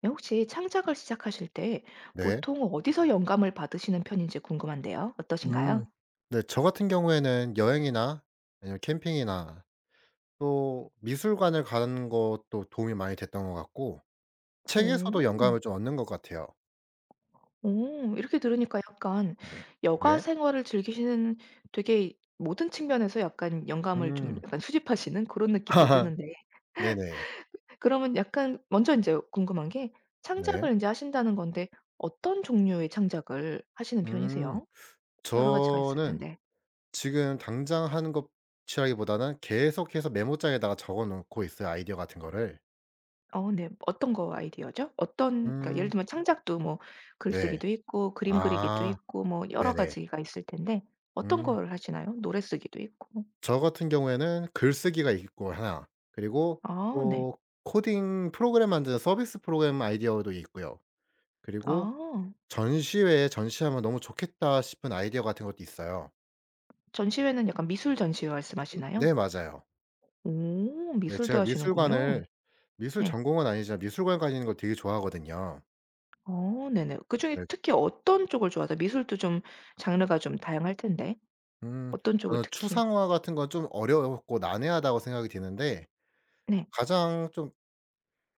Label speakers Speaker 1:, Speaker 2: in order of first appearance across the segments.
Speaker 1: 네, 혹시 창작을 시작하실 때
Speaker 2: 네.
Speaker 1: 보통 어디서 영감을 받으시는 편인지 궁금한데요. 어떠신가요?
Speaker 2: 음. 네 저 같은 경우에는 여행이나 아니면 캠핑이나 또 미술관을 가는 것도 도움이 많이 됐던 것 같고 책에서도 영감을
Speaker 1: 음.
Speaker 2: 좀 얻는 것 같아요.
Speaker 1: 오, 이렇게 들으니까 약간 여가
Speaker 2: 네.
Speaker 1: 생활을 즐기시는 되게 모든 측면에서 약간 영감을 좀
Speaker 2: 음.
Speaker 1: 약간 수집하시는 그런 느낌도 드는데
Speaker 2: 네네.
Speaker 1: 그러면 약간 먼저 이제 궁금한 게
Speaker 2: 네.
Speaker 1: 창작을 이제 하신다는 건데 어떤 종류의 창작을 하시는
Speaker 2: 음.
Speaker 1: 편이세요? 여러 가지가 있을
Speaker 2: 저는
Speaker 1: 텐데.
Speaker 2: 지금 당장 하는 것이라기보다는 계속해서 메모장에다가 적어 놓고 있어요, 아이디어 같은 거를.
Speaker 1: 어 네. 어떤 거 아이디어죠? 어떤 그러니까 예를
Speaker 2: 음.
Speaker 1: 들면 창작도 뭐
Speaker 2: 네.
Speaker 1: 글쓰기도 있고 그림 그리기도
Speaker 2: 아.
Speaker 1: 있고 뭐 여러
Speaker 2: 네네.
Speaker 1: 가지가 있을 텐데 어떤
Speaker 2: 음.
Speaker 1: 걸 하시나요? 노래 쓰기도 있고.
Speaker 2: 저 같은 경우에는 글쓰기가 있고 하나 그리고
Speaker 1: 아 네.
Speaker 2: 또 코딩 프로그램 만드는 서비스 프로그램 아이디어도 있고요. 그리고
Speaker 1: 아
Speaker 2: 전시회에 전시하면 너무 좋겠다 싶은 아이디어 같은 것도 있어요.
Speaker 1: 전시회는 약간 미술 전시회 말씀하시나요?
Speaker 2: 네 맞아요.
Speaker 1: 오
Speaker 2: 네
Speaker 1: 미술도
Speaker 2: 제가
Speaker 1: 하시는군요.
Speaker 2: 미술관을 미술
Speaker 1: 네.
Speaker 2: 전공은 아니지만 미술관 가니는 걸 되게 좋아하거든요.
Speaker 1: 어 네네. 그중에
Speaker 2: 네.
Speaker 1: 특히 어떤 쪽을 좋아하세요? 미술도 좀 장르가 좀 다양할 텐데
Speaker 2: 음
Speaker 1: 어떤 쪽을
Speaker 2: 저는
Speaker 1: 특히?
Speaker 2: 추상화 같은 건 좀 어렵고 난해하다고 생각이 드는데
Speaker 1: 네.
Speaker 2: 가장 좀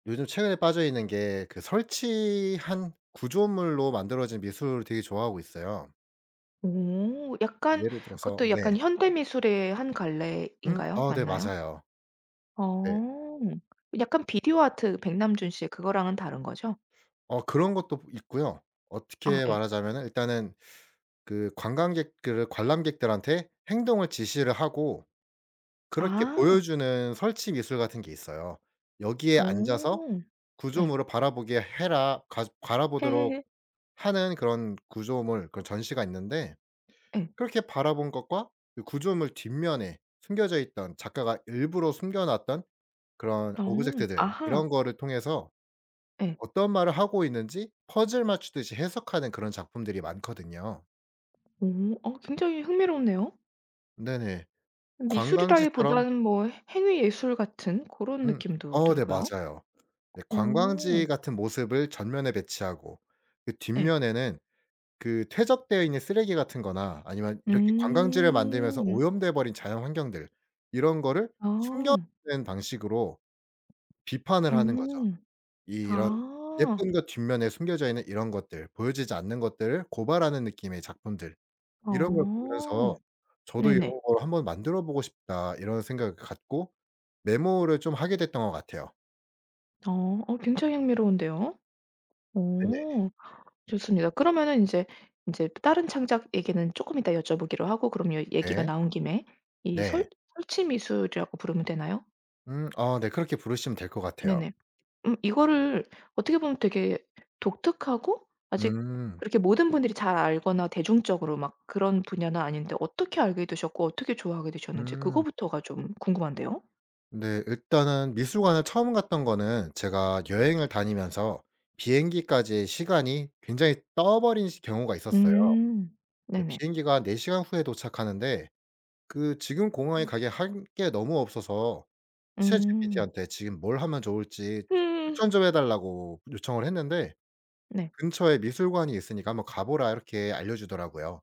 Speaker 2: 요즘 최근에 빠져 있는 게 그 설치한 구조물로 만들어진 미술을 되게 좋아하고 있어요.
Speaker 1: 오 약간
Speaker 2: 예를
Speaker 1: 그것도
Speaker 2: 들어서 네.
Speaker 1: 약간 현대 미술의 한 갈래인가요?
Speaker 2: 네
Speaker 1: 맞나요?
Speaker 2: 맞아요. 네.
Speaker 1: 어. 약간 비디오 아트 백남준 씨의 그거랑은 다른 거죠?
Speaker 2: 그런 것도 있고요.
Speaker 1: 아
Speaker 2: 어떻게
Speaker 1: 예.
Speaker 2: 말하자면은 일단은 그 관광객들을 관람객들한테 행동을 지시를 하고 그렇게
Speaker 1: 아.
Speaker 2: 보여주는 설치 미술 같은 게 있어요. "여기에 앉아서
Speaker 1: 오. 예.
Speaker 2: 구조물을 바라보게 해라." 가 바라보도록
Speaker 1: 헤헤헤.
Speaker 2: 하는 그런 구조물 그런 전시가 있는데
Speaker 1: 예.
Speaker 2: 그렇게 바라본 것과 그 구조물 뒷면에 숨겨져 있던 작가가 일부러 숨겨 놨던 그런
Speaker 1: 어.
Speaker 2: 오브젝트들 이런
Speaker 1: 아하.
Speaker 2: 거를 통해서
Speaker 1: 예.
Speaker 2: 어떤 말을 하고 있는지 퍼즐 맞추듯이 해석하는 그런 작품들이 많거든요.
Speaker 1: 오. 어 굉장히 흥미롭네요.
Speaker 2: 네네. 관광지처럼
Speaker 1: 미술이라기보다는 뭐 행위 예술 같은 고런
Speaker 2: 음
Speaker 1: 느낌도
Speaker 2: 네
Speaker 1: 들고요.
Speaker 2: 맞아요. 네
Speaker 1: 오.
Speaker 2: 관광지 같은 모습을 전면에 배치하고 그
Speaker 1: 예.
Speaker 2: 뒷면에는 그 퇴적되어 있는 쓰레기 같은 거나 아니면 이렇게 관광지를 만들면서
Speaker 1: 음.
Speaker 2: 오염돼 버린 자연 환경들 이런 거를 숨겨
Speaker 1: 아.
Speaker 2: 놓는 방식으로 비판을 하는 거죠.
Speaker 1: 음.
Speaker 2: 이런
Speaker 1: 아.
Speaker 2: 예쁜 것 뒷면에 숨겨져 있는 이런 것들, 보여지지 않는 것들을 고발하는 느낌의 작품들. 이런 걸 보면서
Speaker 1: 어.
Speaker 2: '저도
Speaker 1: 네네.
Speaker 2: 이런 걸 한번 만들어 보고 싶다.' 이런 생각을 갖고 메모를 좀 하게 됐던 것 같아요.
Speaker 1: 어. 어 굉장히 흥미로운데요.
Speaker 2: 네네.
Speaker 1: 어. 좋습니다. 그러면은 이제 이제 다른 창작 얘기는 조금 이따 여쭤보기로 하고 그럼 요 얘기가
Speaker 2: 네.
Speaker 1: 나온 김에 이
Speaker 2: 네.
Speaker 1: 설 설치 미술이라고 부르면 되나요?
Speaker 2: 네 그렇게 부르시면 될 것 같아요.
Speaker 1: 네네. 이거를 어떻게 보면 되게 독특하고 아직
Speaker 2: 음.
Speaker 1: 그렇게 모든 분들이 잘 알거나 대중적으로 막 그런 분야는 아닌데 어떻게 알게 되셨고 어떻게 좋아하게 되셨는지
Speaker 2: 음.
Speaker 1: 그거부터가 좀 궁금한데요.
Speaker 2: 네 일단은 미술관을 처음 갔던 거는 제가 여행을 다니면서 비행기까지 시간이 굉장히 떠버린 시 경우가 있었어요.
Speaker 1: 음.
Speaker 2: 네
Speaker 1: 네네.
Speaker 2: 비행기가 4 시간 후에 도착하는데 그 지금 공항에 가기에 할 게 너무 없어서
Speaker 1: 음.
Speaker 2: 챗GPT한테 지금 뭘 하면 좋을지
Speaker 1: 음.
Speaker 2: 추천 좀 해 달라고 요청을 했는데
Speaker 1: 네.
Speaker 2: 근처에 미술관이 있으니까 "한번 가 보라." 이렇게 알려주더라고요.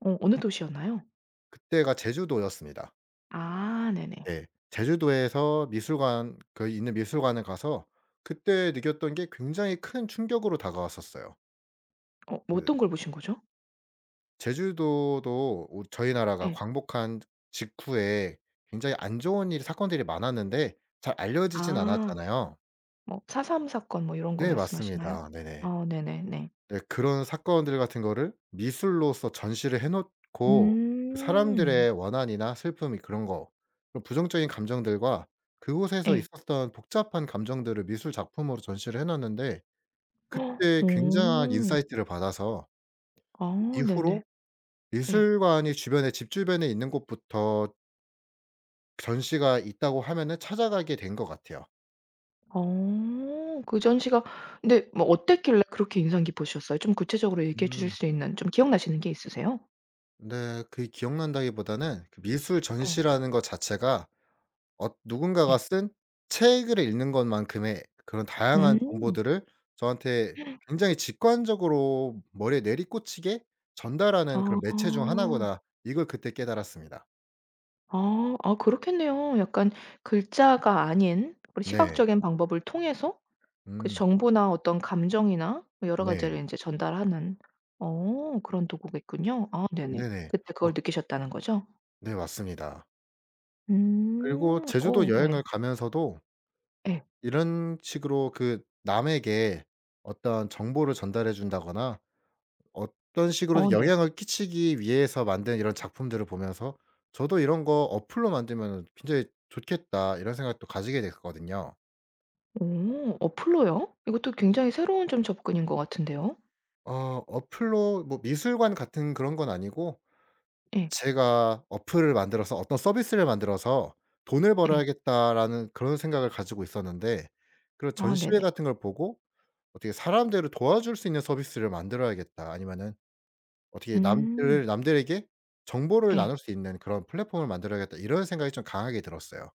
Speaker 1: 어 어느 도시였나요?
Speaker 2: 그때가 제주도였습니다.
Speaker 1: 아 네네.
Speaker 2: 네. 제주도에서 미술관 그 있는 미술관에 가서 그때 느꼈던 게 굉장히 큰 충격으로 다가왔었어요.
Speaker 1: 어 뭐
Speaker 2: 그
Speaker 1: 어떤 걸 보신 거죠?
Speaker 2: 제주도도 우 저희 나라가
Speaker 1: 예.
Speaker 2: 광복한 직후에 굉장히 안 좋은 일 사건들이 많았는데 잘 알려지진
Speaker 1: 아.
Speaker 2: 않았잖아요.
Speaker 1: 뭐사3 사건 뭐 이런 거
Speaker 2: 네
Speaker 1: 말씀하시나요?
Speaker 2: 맞습니다. 네네.
Speaker 1: 아 네네네.
Speaker 2: 네 그런 사건들 같은 거를 미술로서 전시를 해 놓고 그
Speaker 1: 음.
Speaker 2: 사람들의 원한이나 슬픔 이 그런 거 그런 부정적인 감정들과 그곳에서
Speaker 1: 예.
Speaker 2: 있었던 복잡한 감정들을 미술 작품으로 전시를 해 놨는데
Speaker 1: 헉,
Speaker 2: 그때 굉장한
Speaker 1: 오.
Speaker 2: 인사이트를 받아서 그
Speaker 1: 아 네네.
Speaker 2: 이후로
Speaker 1: 예.
Speaker 2: 미술관이 주변에 집 주변에 있는 곳부터 전시가 있다고 하면은 찾아가게 된 것 같아요.
Speaker 1: 어. 그 전시가 근데 뭐 어땠길래 그렇게 인상 깊으셨어요? 좀 구체적으로 얘기해 주실
Speaker 2: 음.
Speaker 1: 수 있는 좀 기억나시는 게 있으세요?
Speaker 2: 네. 그게 기억난다기보다는 그 미술
Speaker 1: 예.
Speaker 2: 전시라는 것 자체가 누군가가
Speaker 1: 예.
Speaker 2: 쓴 책을 읽는 것만큼의 그런 다양한
Speaker 1: 음.
Speaker 2: 정보들을 저한테 굉장히 직관적으로 머리에 내리꽂히게 전달하는 그런 매체 중
Speaker 1: 아.
Speaker 2: 하나구나. 이걸 그때 깨달았습니다.
Speaker 1: 아. 아 그렇겠네요. 약간 글자가 아닌 그런
Speaker 2: 네.
Speaker 1: 시각적인 방법을 통해서 그
Speaker 2: 음.
Speaker 1: 정보나 어떤 감정이나 뭐 여러
Speaker 2: 네.
Speaker 1: 가지를 인제 전달하는 어 그런 도구겠군요. 아 네네.
Speaker 2: 네네.
Speaker 1: 그때
Speaker 2: 어
Speaker 1: 그걸 느끼셨다는 거죠?
Speaker 2: 네 맞습니다.
Speaker 1: 음.
Speaker 2: 그리고 제주도
Speaker 1: 어 네.
Speaker 2: 여행을 가면서도
Speaker 1: 예.
Speaker 2: 이런 식으로 그 남에게 어떤 정보를 전달해 준다거나 어떤 식으로든
Speaker 1: 어 네.
Speaker 2: 영향을 끼치기 위해서 만든 이런 작품들을 보면서 '저도 이런 거 어플로 만들면은 굉장히 좋겠다.' 이런 생각도 가지게 됐거든요.
Speaker 1: 오 어플로요? 이것도 굉장히 새로운 좀 접근인 것 같은데요.
Speaker 2: 어플로 뭐 미술관 같은 그런 건 아니고
Speaker 1: 예.
Speaker 2: 제가 어플을 만들어서 어떤 서비스를 만들어서 '돈을
Speaker 1: 예.
Speaker 2: 벌어야겠다.'라는 그런 생각을 가지고 있었는데 그런
Speaker 1: 아
Speaker 2: 전시회
Speaker 1: 네네.
Speaker 2: 같은 걸 보고 어떻게 '사람들을 도와줄 수 있는 서비스를 만들어야겠다.' 아니면은 어떻게
Speaker 1: 음.
Speaker 2: '남들에게 정보를
Speaker 1: 예.
Speaker 2: 나눌 수 있는 그런 플랫폼을 만들어야겠다.' 이런 생각이 좀 강하게 들었어요.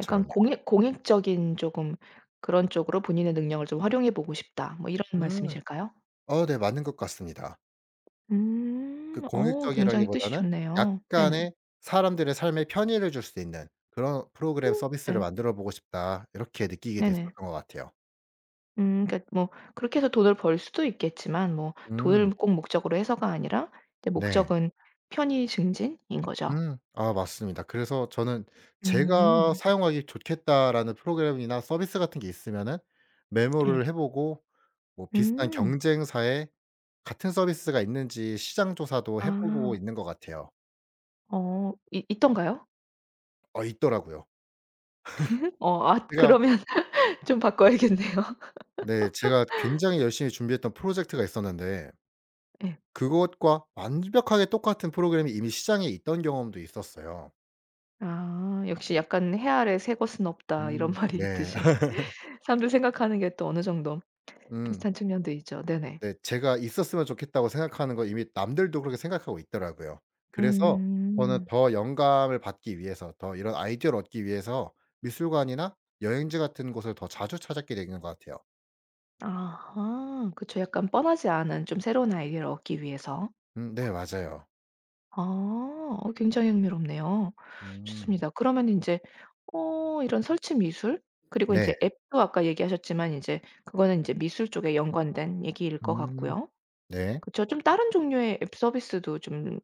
Speaker 1: 약간 공익 공익적인 조금 그런 쪽으로 본인의 능력을 좀 활용해 보고 싶다. 뭐 이런
Speaker 2: 음.
Speaker 1: 말씀이실까요?
Speaker 2: 네. 맞는 것 같습니다. 그
Speaker 1: 음. 어 굉장히 뜻이
Speaker 2: 공익적이라기보다는
Speaker 1: 좋네요. 네네.
Speaker 2: 약간의 '사람들의 삶에 편의를 줄 수 있는 그런 프로그램 서비스를
Speaker 1: 네.
Speaker 2: 만들어 보고 싶다.' 이렇게 느끼게 됐었던
Speaker 1: 네네.
Speaker 2: 것 같아요.
Speaker 1: 그러니까 뭐 그렇게 해서 돈을 벌 수도 있겠지만 뭐 돈을
Speaker 2: 음.
Speaker 1: 꼭 목적으로 해서가 아니라 이제
Speaker 2: 네.
Speaker 1: 목적은 편의 증진인 거죠.
Speaker 2: 아 맞습니다. 그래서 저는 '제가
Speaker 1: 음.
Speaker 2: 사용하기 좋겠다.'라는 프로그램이나 서비스 같은 게 있으면은
Speaker 1: 예.
Speaker 2: 메모를 해 보고 뭐 비슷한
Speaker 1: 음.
Speaker 2: 경쟁사의 같은 서비스가 있는지 시장 조사도 해 보고
Speaker 1: 아.
Speaker 2: 있는 것 같아요.
Speaker 1: 어 있 있던가요?
Speaker 2: 있더라고요.
Speaker 1: 어 아
Speaker 2: 제가
Speaker 1: 그러면 좀 바꿔야겠네요.
Speaker 2: 네 제가 굉장히 열심히 준비했던 프로젝트가 있었는데
Speaker 1: 예.
Speaker 2: 그것과 완벽하게 똑같은 프로그램이 이미 시장에 있던 경험도 있었어요.
Speaker 1: 아 역시 약간 "해 아래 새 것은 없다." 이런 말이
Speaker 2: 네.
Speaker 1: 있듯이 사람들 생각하는 게 또 어느 정도
Speaker 2: 음
Speaker 1: 비슷한 측면도 있죠. 네네.
Speaker 2: 네. 제가 있었으면 좋겠다고 생각하는 거 이미 남들도 그렇게 생각하고 있더라고요. 그래서 저는
Speaker 1: 음.
Speaker 2: 더 영감을 받기 위해서 더 이런 아이디어를 얻기 위해서 미술관이나 여행지 같은 곳을 더 자주 찾게 되는 것 같아요.
Speaker 1: 아하. 그쵸. 약간 뻔하지 않은 좀 새로운 아이디어를 얻기 위해서.
Speaker 2: 네 맞아요.
Speaker 1: 아 어 굉장히 흥미롭네요.
Speaker 2: 음.
Speaker 1: 좋습니다. 그러면 이제 어 이런 설치 미술 그리고 이
Speaker 2: 네.
Speaker 1: 제 앱도 아까 얘기하셨지만 이제 그거는 이제 미술 쪽에 연관된 얘기일 것
Speaker 2: 음.
Speaker 1: 같고요.
Speaker 2: 네.
Speaker 1: 그쵸? 좀 다른 종류의 앱 서비스도 좀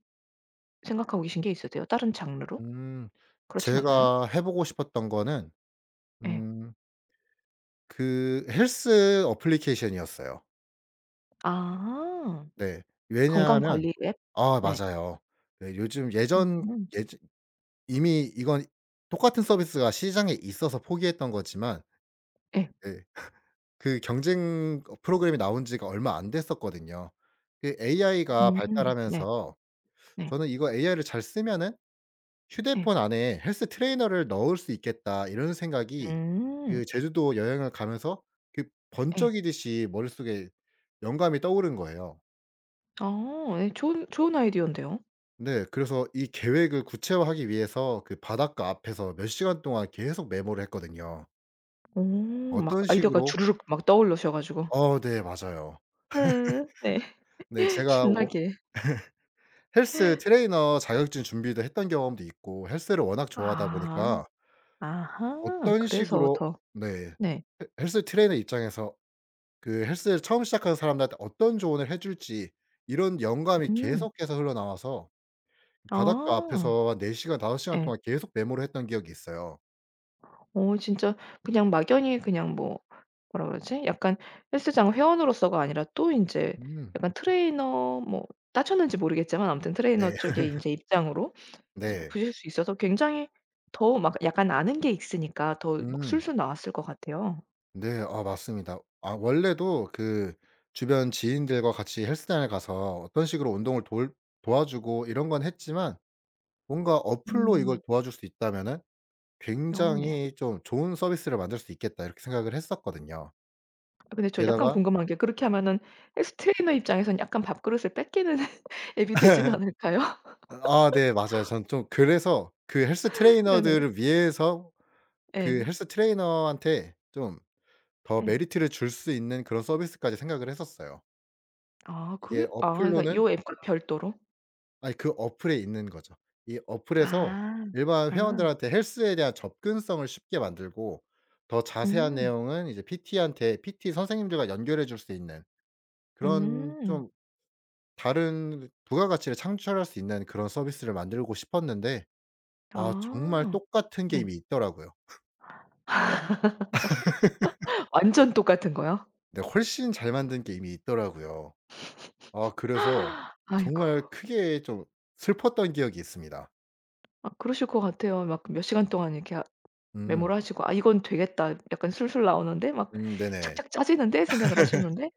Speaker 1: 생각하고 계신 게 있으세요? 다른 장르로?
Speaker 2: 음.
Speaker 1: 그렇진 않나요?
Speaker 2: 제가 해 보고 싶었던 거는
Speaker 1: 예.
Speaker 2: 음. 그 헬스 어플리케이션이었어요.
Speaker 1: 아
Speaker 2: 네.
Speaker 1: 건강
Speaker 2: 왜냐하면
Speaker 1: 관리 앱?
Speaker 2: 아
Speaker 1: 네.
Speaker 2: 맞아요. 네 요즘 예전
Speaker 1: 음.
Speaker 2: 예전 이미 이건 똑같은 서비스가 시장에 있어서 포기했던 거지만
Speaker 1: 예.
Speaker 2: 네 그 경쟁 프로그램이 나온 지가 얼마 안 됐었거든요. 그 AI가
Speaker 1: 음. 네.
Speaker 2: 발달하면서
Speaker 1: 네.
Speaker 2: 저는 이거 AI를 잘 쓰면은
Speaker 1: 예.
Speaker 2: 휴대폰 안에 '헬스 트레이너를 넣을 수 있겠다.' 이런 생각이
Speaker 1: 음.
Speaker 2: 그 제주도 여행을 가면서 그
Speaker 1: 예.
Speaker 2: 번쩍이듯이 머릿속에 영감이 떠오른 거예요.
Speaker 1: 어 예 좋은 좋은 아이디어인데요.
Speaker 2: 네. 그래서 이 계획을 구체화하기 위해서 그 바닷가 앞에서 몇 시간 동안 계속 메모를 했거든요.
Speaker 1: 어 막
Speaker 2: 어떤
Speaker 1: 아이디어가
Speaker 2: 식으로
Speaker 1: 주르륵 막 떠오르셔 가지고.
Speaker 2: 네 맞아요.
Speaker 1: 네. 네.
Speaker 2: 네 제가 워
Speaker 1: 신나게.
Speaker 2: 헬스 트레이너 자격증 준비도 했던 경험도 있고 헬스를 워낙 좋아하다
Speaker 1: 아.
Speaker 2: 보니까
Speaker 1: 아하.
Speaker 2: 어떤
Speaker 1: 그래서
Speaker 2: 식으로
Speaker 1: 더
Speaker 2: 네.
Speaker 1: 네.
Speaker 2: 헬 헬스 트레이너 입장에서 그 헬스를 처음 시작하는 사람들한테 어떤 조언을 해 줄지 이런 영감이
Speaker 1: 음.
Speaker 2: 계속해서 흘러나와서 바닷가
Speaker 1: 아.
Speaker 2: 앞에서 한 4 시간 5 시간
Speaker 1: 예.
Speaker 2: 동안 계속 메모를 했던 기억이 있어요.
Speaker 1: 어 진짜 그냥 막연히 그냥 뭐 뭐라 그러지? 약간 헬스장 회원으로서가 아니라 또 인제
Speaker 2: 음
Speaker 1: 약간 트레이너 뭐 따셨는지 모르겠지만 아무튼 트레이너
Speaker 2: 네.
Speaker 1: 쪽에 인제 입장으로 이제 뭐
Speaker 2: 네.
Speaker 1: 보실 수 있어서 굉장히 더 막 약간 아는 게 있으니까 더 막
Speaker 2: 음.
Speaker 1: 술술 나왔을 것 같아요.
Speaker 2: 네. 아 맞습니다. 아 원래도 그 주변 지인들과 같이 헬스장에 가서 어떤 식으로 운동을 돌 도와주고 이런 건 했지만 뭔가 '어플로 이걸
Speaker 1: 음.
Speaker 2: 도와줄 수 있다면은
Speaker 1: 어 네.
Speaker 2: 굉장히 좀 좋은 서비스를 만들 수 있겠다.' 이렇게 생각을 했었거든요.
Speaker 1: 아 근데 저 약간
Speaker 2: 게다가
Speaker 1: 궁금한 게 그렇게 하면은 헬스 트레이너 입장에선 약간 밥그릇을 뺏기는 앱이 되진 않을까요?
Speaker 2: 아 네 맞아요. 전 좀 그래서 그 헬스
Speaker 1: 네네.
Speaker 2: 트레이너들을 위해서 그
Speaker 1: 예.
Speaker 2: 헬스 트레이너한테 좀 더
Speaker 1: 예.
Speaker 2: 메리트를 줄 수 있는 그런 서비스까지 생각을 했었어요.
Speaker 1: 아 그게
Speaker 2: 이게
Speaker 1: 아 그러니까
Speaker 2: 어플로는
Speaker 1: 요 앱과 별도로?
Speaker 2: 아니 그 어플에 있는 거죠. 이 어플에서
Speaker 1: 아.
Speaker 2: 일반
Speaker 1: 아.
Speaker 2: 회원들한테 헬스에 대한 접근성을 쉽게 만들고 더 자세한
Speaker 1: 음.
Speaker 2: 내용은 이제 PT한테 PT 선생님들과 연결해 줄 수 있는 그런
Speaker 1: 음.
Speaker 2: 좀 다른 부가가치를 창출할 수 있는 그런 서비스를 만들고 싶었는데 아 정말
Speaker 1: 아.
Speaker 2: 똑같은 게
Speaker 1: 네.
Speaker 2: 이미 있더라고요.
Speaker 1: 완전 똑같은 거요?
Speaker 2: 네. 훨씬 잘 만든 게임이 있더라고요. 아 그래서
Speaker 1: 아이고.
Speaker 2: 정말 크게 좀 슬펐던 기억이 있습니다.
Speaker 1: 아 그러실 것 같아요. 막 몇 시간 동안 이렇게 하-
Speaker 2: 음.
Speaker 1: 메모를 하시고 '아 이건 되겠다.' 약간 술술 나오는데 막
Speaker 2: 네네.
Speaker 1: 착착 짜지는데 생각을 하셨는데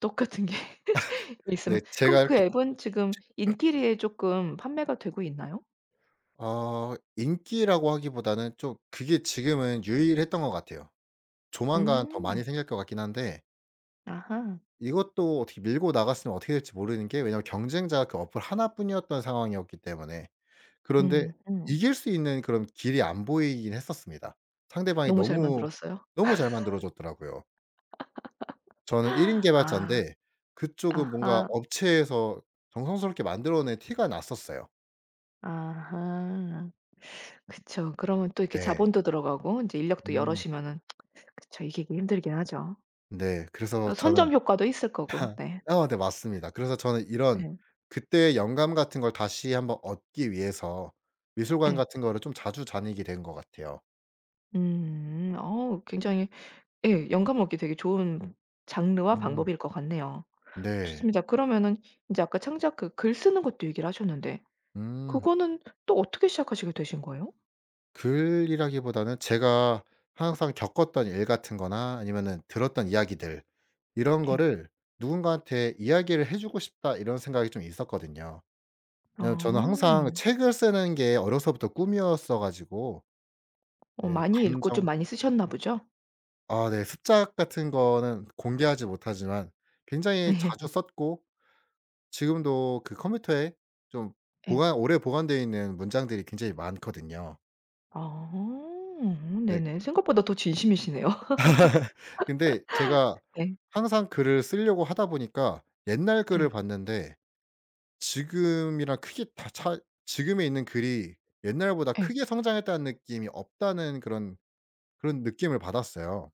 Speaker 1: 똑같은 게 있으면
Speaker 2: 네
Speaker 1: 그럼
Speaker 2: 제가
Speaker 1: 그
Speaker 2: 이렇게
Speaker 1: 앱은 지금 인기리에 쪼끔 판매가 되고 있나요?
Speaker 2: 인기라고 하기보다는 좀 그게 지금은 유일했던 것 같아요. 조만간 더
Speaker 1: 음.
Speaker 2: 많이 생길 것 같긴 한데
Speaker 1: 아하.
Speaker 2: 이것도 어떻게 밀고 나갔으면 어떻게 될지 모르는 게 왜냐하면 경쟁자가 그 어플 하나뿐이었던 상황이었기 때문에. 그런데
Speaker 1: 음 음.
Speaker 2: 이길 수 있는 그런 길이 안 보이긴 했었습니다. 상대방이
Speaker 1: 너무 잘
Speaker 2: 너무,
Speaker 1: 만들었어요?
Speaker 2: 너무 잘 만들어 줬더라고요. 저는 1인
Speaker 1: 아.
Speaker 2: 개발자인데 그쪽은 뭔가
Speaker 1: 아하.
Speaker 2: 업체에서 정성스럽게 만들어낸 티가 났었어요.
Speaker 1: 아하. 그쵸. 그러면 또 이렇게
Speaker 2: 네.
Speaker 1: 자본도 들어가고 인제 인력도
Speaker 2: 음.
Speaker 1: 여럿이면은 그쵸. 이기기 힘들긴 하죠.
Speaker 2: 네. 그래서
Speaker 1: 또
Speaker 2: 저는
Speaker 1: 선점 효과도 있을 거고. 네.
Speaker 2: 아 네 맞습니다. 그래서 저는 이런
Speaker 1: 예.
Speaker 2: 그때의 영감 같은 걸 다시 한번 얻기 위해서 미술관
Speaker 1: 예.
Speaker 2: 같은 거를 좀 자주 다니게 된 것 같아요.
Speaker 1: 음. 어 굉장히 예 영감 얻기 되게 좋은 장르와
Speaker 2: 음.
Speaker 1: 방법일 것 같네요.
Speaker 2: 네.
Speaker 1: 좋습니다. 그러면은 인제 아까 창작 그 글 쓰는 것도 얘기를 하셨는데
Speaker 2: 음.
Speaker 1: 그거는 또 어떻게 시작하시게 되신 거예요?
Speaker 2: 글이라기보다는 제가 항상 겪었던 일 같은 거나 아니면은 들었던 이야기들 이런
Speaker 1: 네.
Speaker 2: 거를 누군가한테 '이야기를 해 주고 싶다.' 이런 생각이 좀 있었거든요.
Speaker 1: 아.
Speaker 2: 예 저는 항상 책을 쓰는 게 어려서부터 꿈이었어 가지고
Speaker 1: 어
Speaker 2: 네
Speaker 1: 많이 읽고 좀
Speaker 2: 감정
Speaker 1: 많이 쓰셨나 보죠?
Speaker 2: 아 네 습작 같은 거는 공개하지 못하지만 굉장히 자주 썼고 지금도 그 컴퓨터에 좀
Speaker 1: 예.
Speaker 2: 보관 오래 보관되어 있는 문장들이 굉장히 많거든요.
Speaker 1: 아.
Speaker 2: 네.
Speaker 1: 네네. 생각보다 더 진심이시네요.
Speaker 2: 근데 제가
Speaker 1: 네.
Speaker 2: 항상 글을 쓰려고 하다 보니까 옛날
Speaker 1: 예.
Speaker 2: 글을 봤는데 지금이랑 크게 다 차 지금에 있는 글이 옛날보다
Speaker 1: 예.
Speaker 2: 크게 성장했다는 느낌이 없다는 그런 느낌을 받았어요.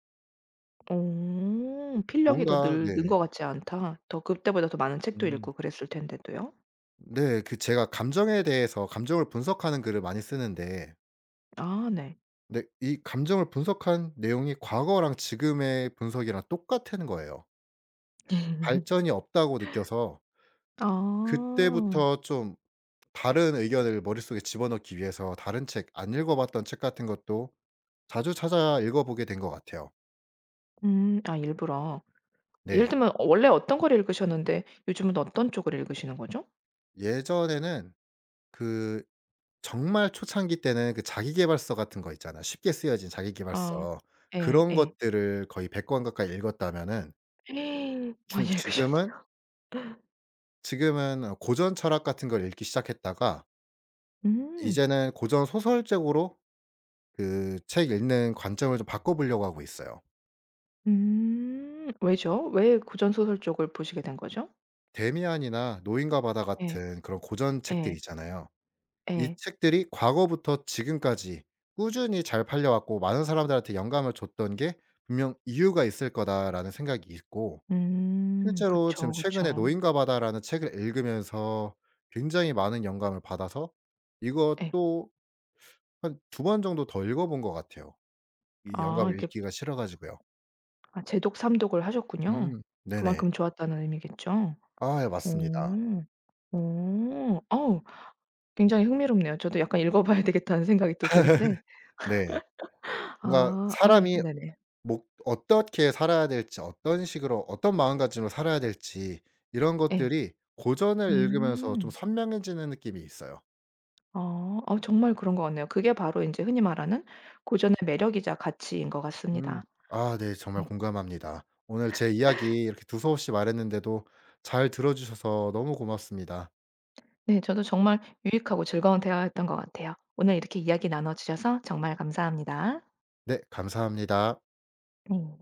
Speaker 1: 어. 필력이 더
Speaker 2: 뭔가
Speaker 1: 늘는
Speaker 2: 네.
Speaker 1: 것 같지 않다. 더 그때보다 더 많은 책도
Speaker 2: 음.
Speaker 1: 읽고 그랬을 텐데도요.
Speaker 2: 네. 그 제가 감정에 대해서 감정을 분석하는 글을 많이 쓰는데
Speaker 1: 아 네.
Speaker 2: 근데 이 감정을 분석한 내용이 과거랑 지금의 분석이랑 똑같은 거예요. 발전이 없다고 느껴서
Speaker 1: 아.
Speaker 2: 그때부터 좀 다른 의견을 머릿속에 집어넣기 위해서 다른 책 안 읽어 봤던 책 같은 것도 자주 찾아 읽어 보게 된 것 같아요.
Speaker 1: 음. 아 일부러. 예를
Speaker 2: 네.
Speaker 1: 들면 어, 원래 어떤 걸 읽으셨는데 요즘은 어떤 쪽을 읽으시는 거죠?
Speaker 2: 예전에는 그 정말 초창기 때는 그 자기 계발서 같은 거 있잖아. 쉽게 쓰여진 자기
Speaker 1: 아.
Speaker 2: 계발서.
Speaker 1: 예
Speaker 2: 그런
Speaker 1: 예.
Speaker 2: 것들을 거의 100권 가까이 읽었다면은 중
Speaker 1: 많이 읽으셨네.
Speaker 2: 지금은 지금은 고전 철학 같은 걸 읽기 시작했다가
Speaker 1: 음.
Speaker 2: 이제는 고전 소설적으로 그 책 읽는 관점을 좀 바꿔 보려고 하고 있어요.
Speaker 1: 음. 왜죠? 왜 고전 소설 쪽을 보시게 된 거죠?
Speaker 2: 데미안이나 노인과 바다
Speaker 1: 예.
Speaker 2: 같은 그런 고전 책들
Speaker 1: 예.
Speaker 2: 있잖아요. 이
Speaker 1: 예.
Speaker 2: 책들이 과거부터 지금까지 꾸준히 잘 팔려 왔고 많은 사람들한테 영감을 줬던 게 분명 '이유가 있을 거다.'라는 생각이 있고
Speaker 1: 음.
Speaker 2: 실제로 지금
Speaker 1: 그쵸,
Speaker 2: 최근에
Speaker 1: 그쵸.
Speaker 2: 노인과 바다라는 책을 읽으면서 굉장히 많은 영감을 받아서
Speaker 1: 예.
Speaker 2: 이것도 한 두 번 정도 더 읽어 본 것 같아요. 이
Speaker 1: 아
Speaker 2: 영감을
Speaker 1: 이렇게
Speaker 2: 읽기가 싫어 가지고요.
Speaker 1: 아 재독, 삼독을 하셨군요.
Speaker 2: 네네.
Speaker 1: 그만큼 좋았다는 의미겠죠?
Speaker 2: 아 예 맞습니다.
Speaker 1: 어. 어. 어우 굉장히 흥미롭네요. 저도 약간 읽어 봐야 되겠다는 생각이 또 드는데.
Speaker 2: 네. 뭔가
Speaker 1: 아. 아 예.
Speaker 2: 사람이
Speaker 1: 네네.
Speaker 2: 뭐 어떻게 살아야 될지 어떤 식으로 어떤 마음가짐으로 살아야 될지 이런
Speaker 1: 예.
Speaker 2: 것들이 고전을 읽으면서 좀
Speaker 1: 음.
Speaker 2: 선명해지는 느낌이 있어요.
Speaker 1: 아. 아 정말 그런 것 같네요. 그게 바로 인제 흔히 말하는 고전의 매력이자 가치인 것
Speaker 2: 음.
Speaker 1: 같습니다.
Speaker 2: 아 네. 정말
Speaker 1: 네.
Speaker 2: 공감합니다. 오늘 제 이야기 이렇게 두서없이 말했는데도 잘 들어 주셔서 너무 고맙습니다.
Speaker 1: 네. 저도 정말 유익하고 즐거운 대화였던 것 같아요. 오늘 이렇게 이야기 나눠 주셔서 정말 감사합니다.
Speaker 2: 네 감사합니다.
Speaker 1: 네.